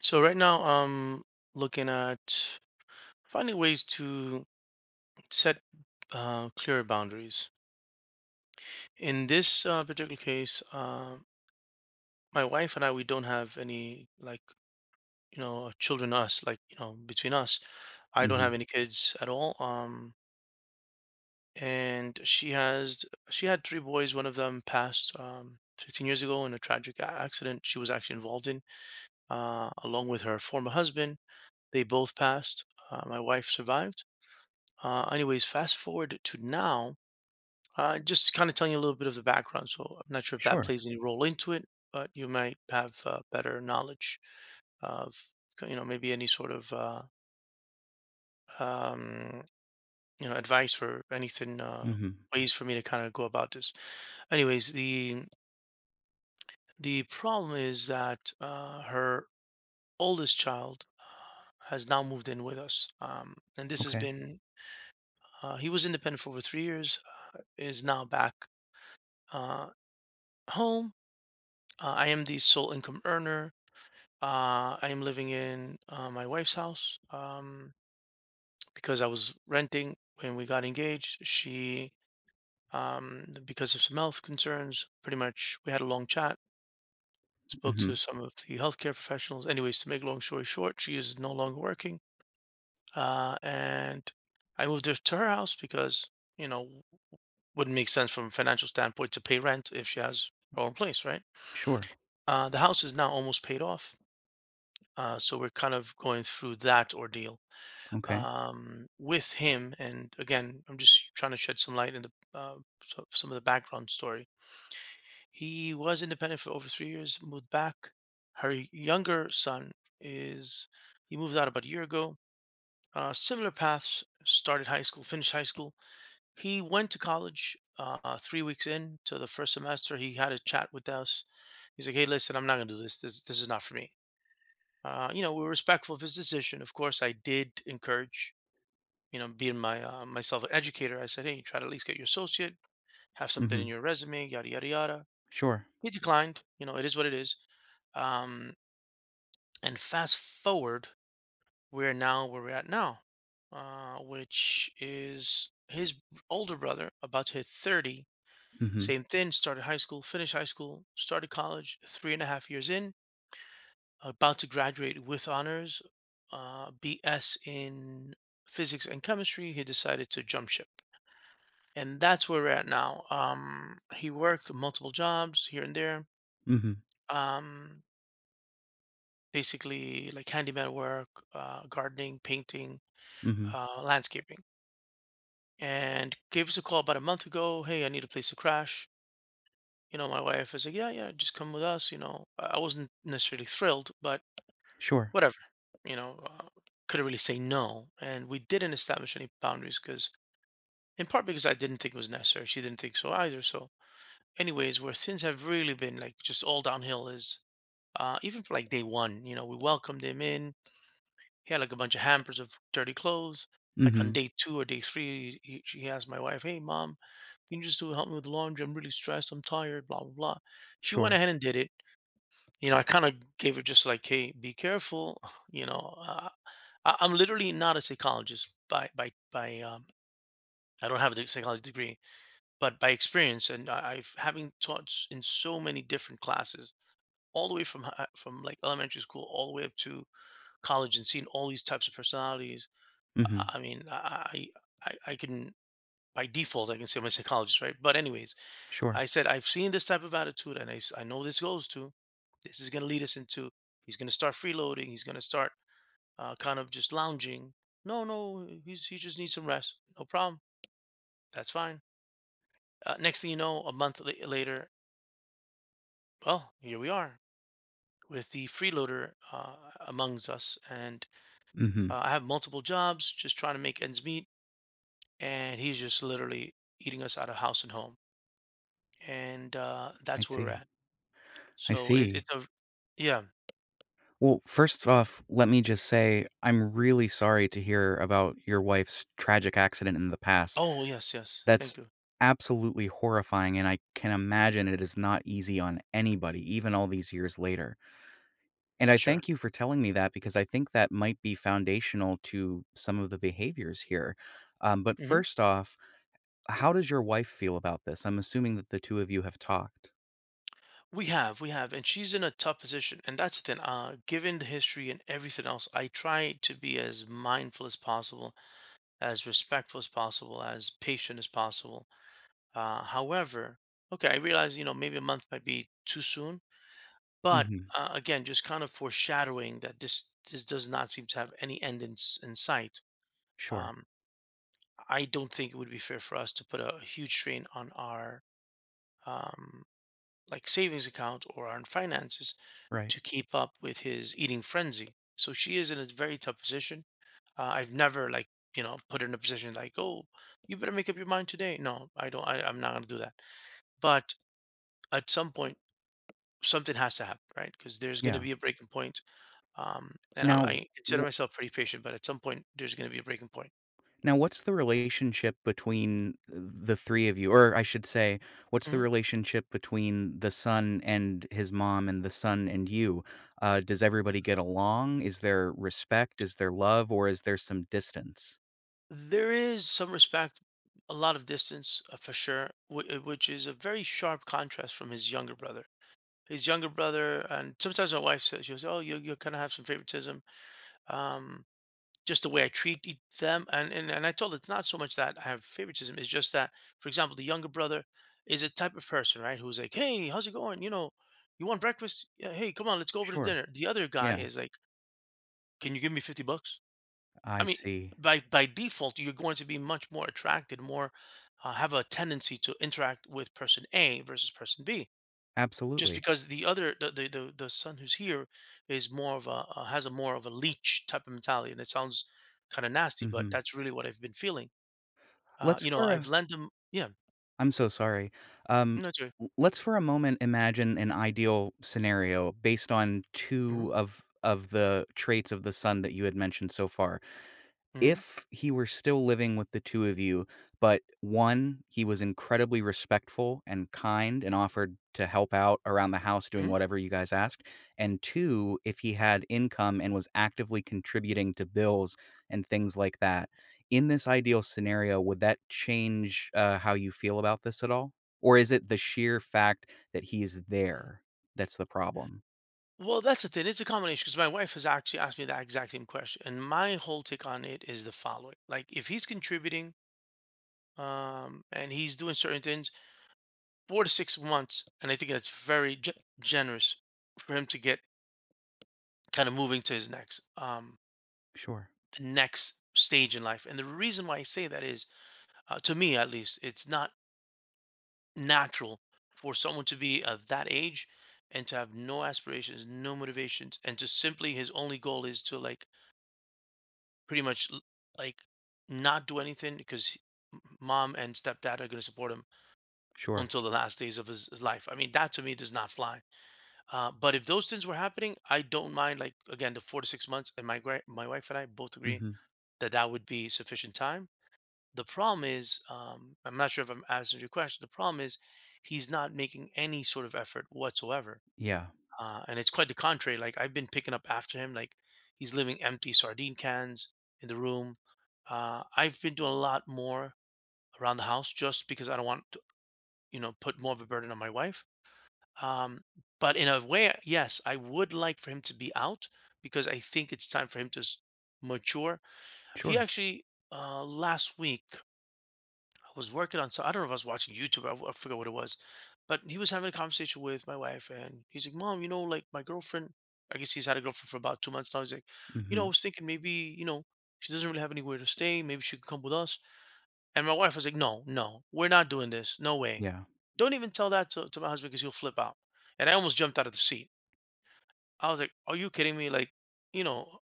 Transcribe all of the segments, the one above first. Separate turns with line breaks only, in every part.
So right now I'm looking at finding ways to set clear boundaries. In this particular case, my wife and I, we don't have any like children. Us like you know between us, I don't
Mhm.
have any kids at all. And she had three boys. One of them passed 15 years ago in a tragic accident she was actually involved in, along with her former husband. They both passed. My wife survived. Anyways, fast forward to now, just kind of telling you a little bit of the background. So I'm not sure if that
Sure.
plays any role into it, but you might have better knowledge of, you know, maybe any sort of, um, you know, advice or anything,
Mhm.
ways for me to kind of go about this. Anyways, the problem is that her oldest child has now moved in with us, and this has
Okay.
been. He was independent for over 3 years. Is now back, uh, home. I am the sole income earner. I am living in my wife's house, because I was renting when we got engaged. She, because of some health concerns, pretty much we had a long chat, spoke to
Mhm.
some of the healthcare professionals. Anyways, to make long story short, she is no longer working. And I moved her to her house because, you know, wouldn't make sense from a financial standpoint to pay rent if she has her own place, right?
Sure.
The house is now almost paid off. So we're kind of going through that ordeal,
Okay.
with him. And again, I'm just trying to shed some light in the some of the background story. He was independent for over 3 years, moved back. Her younger son is he moved out about a year ago. Similar paths. Started high school, finished high school. He went to college. 3 weeks in to the first semester, he had a chat with us. He's like, "Hey, listen, I'm not gonna do this. This is not for me." You know, we were respectful of his decision. Of course, I did encourage, you know, being my myself an educator. I said, hey, try to at least get your associate, have something in
Mhm.
your resume, yada yada yada.
Sure.
He declined. You know, it is what it is. Um, and fast forward, we're now where we're at now, which is his older brother, about to hit 30.
Mhm.
Same thing. Started high school, finished high school, started college. Three and a half years in, about to graduate with honors, BS in physics and chemistry, he decided to jump ship. And that's where we're at now. He worked multiple jobs here and there,
Mhm.
um, basically like handyman work, gardening, painting,
Mhm.
landscaping. And gave us a call about a month ago. Hey, I need a place to crash. You know, my wife is like, yeah, yeah, just come with us. You know, I wasn't necessarily thrilled, but
Sure.
whatever. You know, couldn't really say no, and we didn't establish any boundaries because in part because I didn't think it was necessary, she didn't think so either. So anyways, where things have really been like just all downhill is, even for like day one, you know, we welcomed him in. He had like a bunch of hampers of dirty clothes. Like on
Mhm.
day two or day three, she asked my wife, hey mom, can you just do help me with the laundry, I'm really stressed, I'm tired, blah blah blah. She went
Sure.
ahead and did it. You know, I kind of gave her just like, hey, be careful. You know, I'm literally not a psychologist, by I don't have a psychology degree, but by experience, and I, I've having taught in so many different classes, all the way from from like elementary school all the way up to college, and seeing all these types of personalities. I,
Mhm.
I mean, I, I I I can by default, I can say I'm a psychologist, right? But anyways, I
Sure.
said I've seen this type of attitude, and I know this goes to. This is going to lead us into. He's going to start freeloading. He's going to start kind of just lounging. No, no, he just needs some rest. No problem. That's fine. Next thing you know, a month later, well, here we are with the freeloader, amongst us, and
Mhm.
I have multiple jobs, just trying to make ends meet, and he's just literally eating us out of house and home, and
I
that's where we're
see.
at.
I
So
see.
it's a yeah.
Well, first off, let me just say I'm really sorry to hear about your wife's tragic accident in the past.
Oh yes, yes.
That's
Thank you
absolutely horrifying, and I can imagine it is not easy on anybody, even all these years later. And
for
I
sure.
thank you for telling me that because I think that might be foundational to some of the behaviors here. But
Mhm.
first off, how does your wife feel about this? I'm assuming that the two of you have talked.
We have, and she's in a tough position, and that's the thing. Given the history and everything else, I try to be as mindful as possible, as respectful as possible, as patient as possible. However, okay, I realize you know maybe a month might be too soon, but
Mhm.
again, just kind of foreshadowing that this does not seem to have any end in sight.
Sure.
Um, I don't think it would be fair for us to put a huge strain on our, um, like savings account or on finances
Right.
to keep up with his eating frenzy. So she is in a very tough position. I've never like, you know, put her in a position like, oh, you better make up your mind today. No, I don't. I'm not going to do that. But at some point something has to happen, right? Because there's going to
Yeah.
be a breaking point. And
Now
I consider
w
myself pretty patient, but at some point there's going to be a breaking point.
now what's the relationship between the three of you? Or I should say, what's the
Mhm.
relationship between the son and his mom and the son and you? Does everybody get along? Is there respect? Is there love? Or is there some distance?
There is some respect, a lot of distance, for sure, which is a very sharp contrast from his younger brother. And sometimes my wife says, she goes, "Oh, you kind of have some favoritism, um, just the way I treat them." And I told her it's not so much that I have favoritism; it's just that, for example, the younger brother is a type of person, right, who's like, "Hey, how's it going? You know, you want breakfast? Yeah, hey, come on, let's go over to
Sure.
dinner." The other guy
Yeah.
is like, "Can you give me $50?" I
I
mean,
see.
by default, you're going to be much more attracted, more, have a tendency to interact with person A versus person B, just
Absolutely.
because the other the son who's here is more of a has a more of a leech type of mentality, and it sounds kind of nasty, but
Mhm.
that's really what I've been feeling.
Let's
You know,
for
I've
a
lent him. Yeah,
I'm so sorry. Um,
that's right.
l let's for a moment imagine an ideal scenario based on
hmm
two of the traits of the sun that you had mentioned so far.
hmm
If he were still living with the two of you, but one, he was incredibly respectful and kind and offered to help out around the house doing
hmm
whatever you guys asked, and two, if he had income and was actively contributing to bills and things like that. In this ideal scenario, would that change, how you feel about this at all? Or is it the sheer fact that he's there that's the problem?
Well, that's the thing. It's a combination because my wife has actually asked me that exact same question, and my whole take on it is the following: like if he's contributing, um, and he's doing certain things, 4 to 6 months, and I think that's very generous for him to get kind of moving to his next, um,
Sure,
the next stage in life. And the reason why I say that is, to me at least, it's not natural for someone to be of that age and to have no aspirations, no motivations, and to simply his only goal is to like pretty much like not do anything because mom and stepdad are going to support him
sure.
until the last days of his life. I mean, that to me does not fly. But if those things were happening, I don't mind. Like again, the 4 to 6 months, and my wife and I both agree
Mhm.
that that would be sufficient time. The problem is, I'm not sure if I'm answering your question. The problem is, he's not making any sort of effort whatsoever,
Yeah.
and it's quite the contrary. Like I've been picking up after him. Like he's leaving empty sardine cans in the room. I've been doing a lot more around the house just because I don't want to, you know, put more of a burden on my wife. Um, but in a way, yes, I would like for him to be out because I think it's time for him to mature. He
Sure.
actually last week was working on, so I don't know if I was watching YouTube. I forgot what it was, but he was having a conversation with my wife, and he's like, "Mom, you know, like my girlfriend." I guess he's had a girlfriend for about 2 months now. He's like, "You know, I
Mhm.
was thinking maybe you know she doesn't really have anywhere to stay. Maybe she could come with us." And my wife was like, "No, no, we're not doing this. No way.
Yeah.
Don't even tell that to my husband because he'll flip out." And I almost jumped out of the seat. I was like, "Are you kidding me? Like, you know,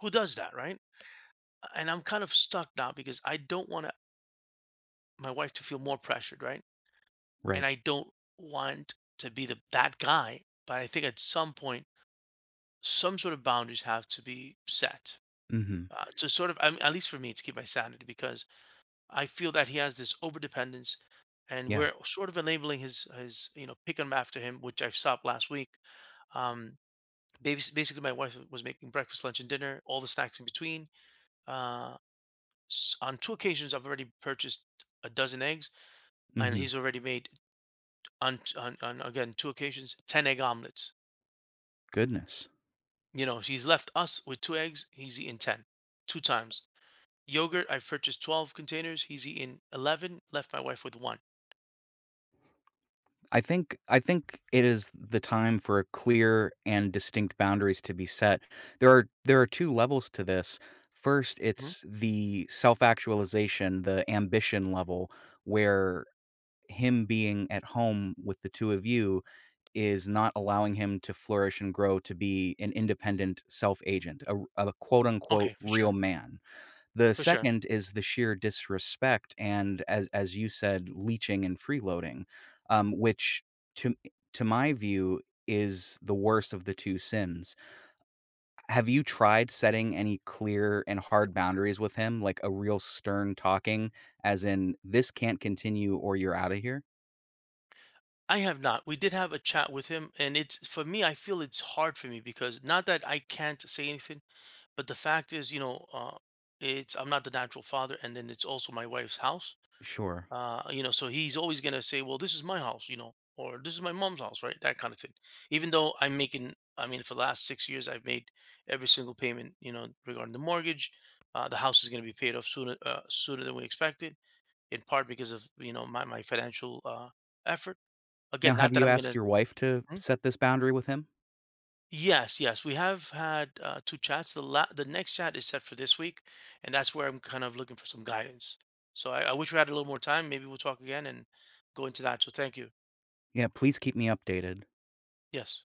who does that, right?" And I'm kind of stuck now because I don't want to my wife to feel more pressured, right? And
Right.
I don't want to be the that guy, but I think at some point, some sort of boundaries have to be set.
Mhm.
To sort of, I mean, at least for me, to keep my sanity, because I feel that he has this overdependence, and
Yeah.
we're sort of enabling his, you know, picking him after him, which I stopped last week. Um, babys- basically, my wife was making breakfast, lunch, and dinner, all the snacks in between. Uh, on 2 occasions, I've already purchased a dozen eggs, and
Mhm.
he's already made on again 2 occasions 10 egg omelets.
Goodness.
You know, he's left us with 2 eggs. He's eaten ten, 2 times. Yogurt, I've purchased 12 containers. He's eaten 11, left my wife with one.
I think it is the time for clear and distinct boundaries to be set. There are two levels to this. First,
Mhm.
it's the self-actualization, the ambition level where him being at home with the two of you is not allowing him to flourish and grow to be an independent self-agent, a quote unquote
Okay, for
"real
sure.
man." The
For sure.
second is the sheer disrespect and, as you said, leeching and freeloading, which to to my view is the worst of the two sins. Have you tried setting any clear and hard boundaries with him, like a real stern talking, as in, "This can't continue or you're out of here"?
I have not. We did have a chat with him, and it's for me, I feel it's hard for me because not that I can't say anything, but the fact is, you know, it's I'm not the natural father, and then it's also my wife's house.
Sure.
You know, so he's always gonna say, "Well, this is my house," you know, or "This is my mom's house," right? That kind of thing. Even though I'm making, I mean, for the last 6 years, I've made every single payment, you know, regarding the mortgage. The house is gonna be paid off sooner, sooner than we expected, in part because of you know my financial effort.
Now
Again,
have
not that
you
I'm
asked
gonna.
your wife to
Hmm?
set this boundary with him?
Yes, yes, we have had 2 chats. The la- the next chat is set for this week, and that's where I'm kind of looking for some guidance. So I wish we had a little more time. Maybe we'll talk again and go into that. So thank you.
Yeah, please keep me updated.
Yes.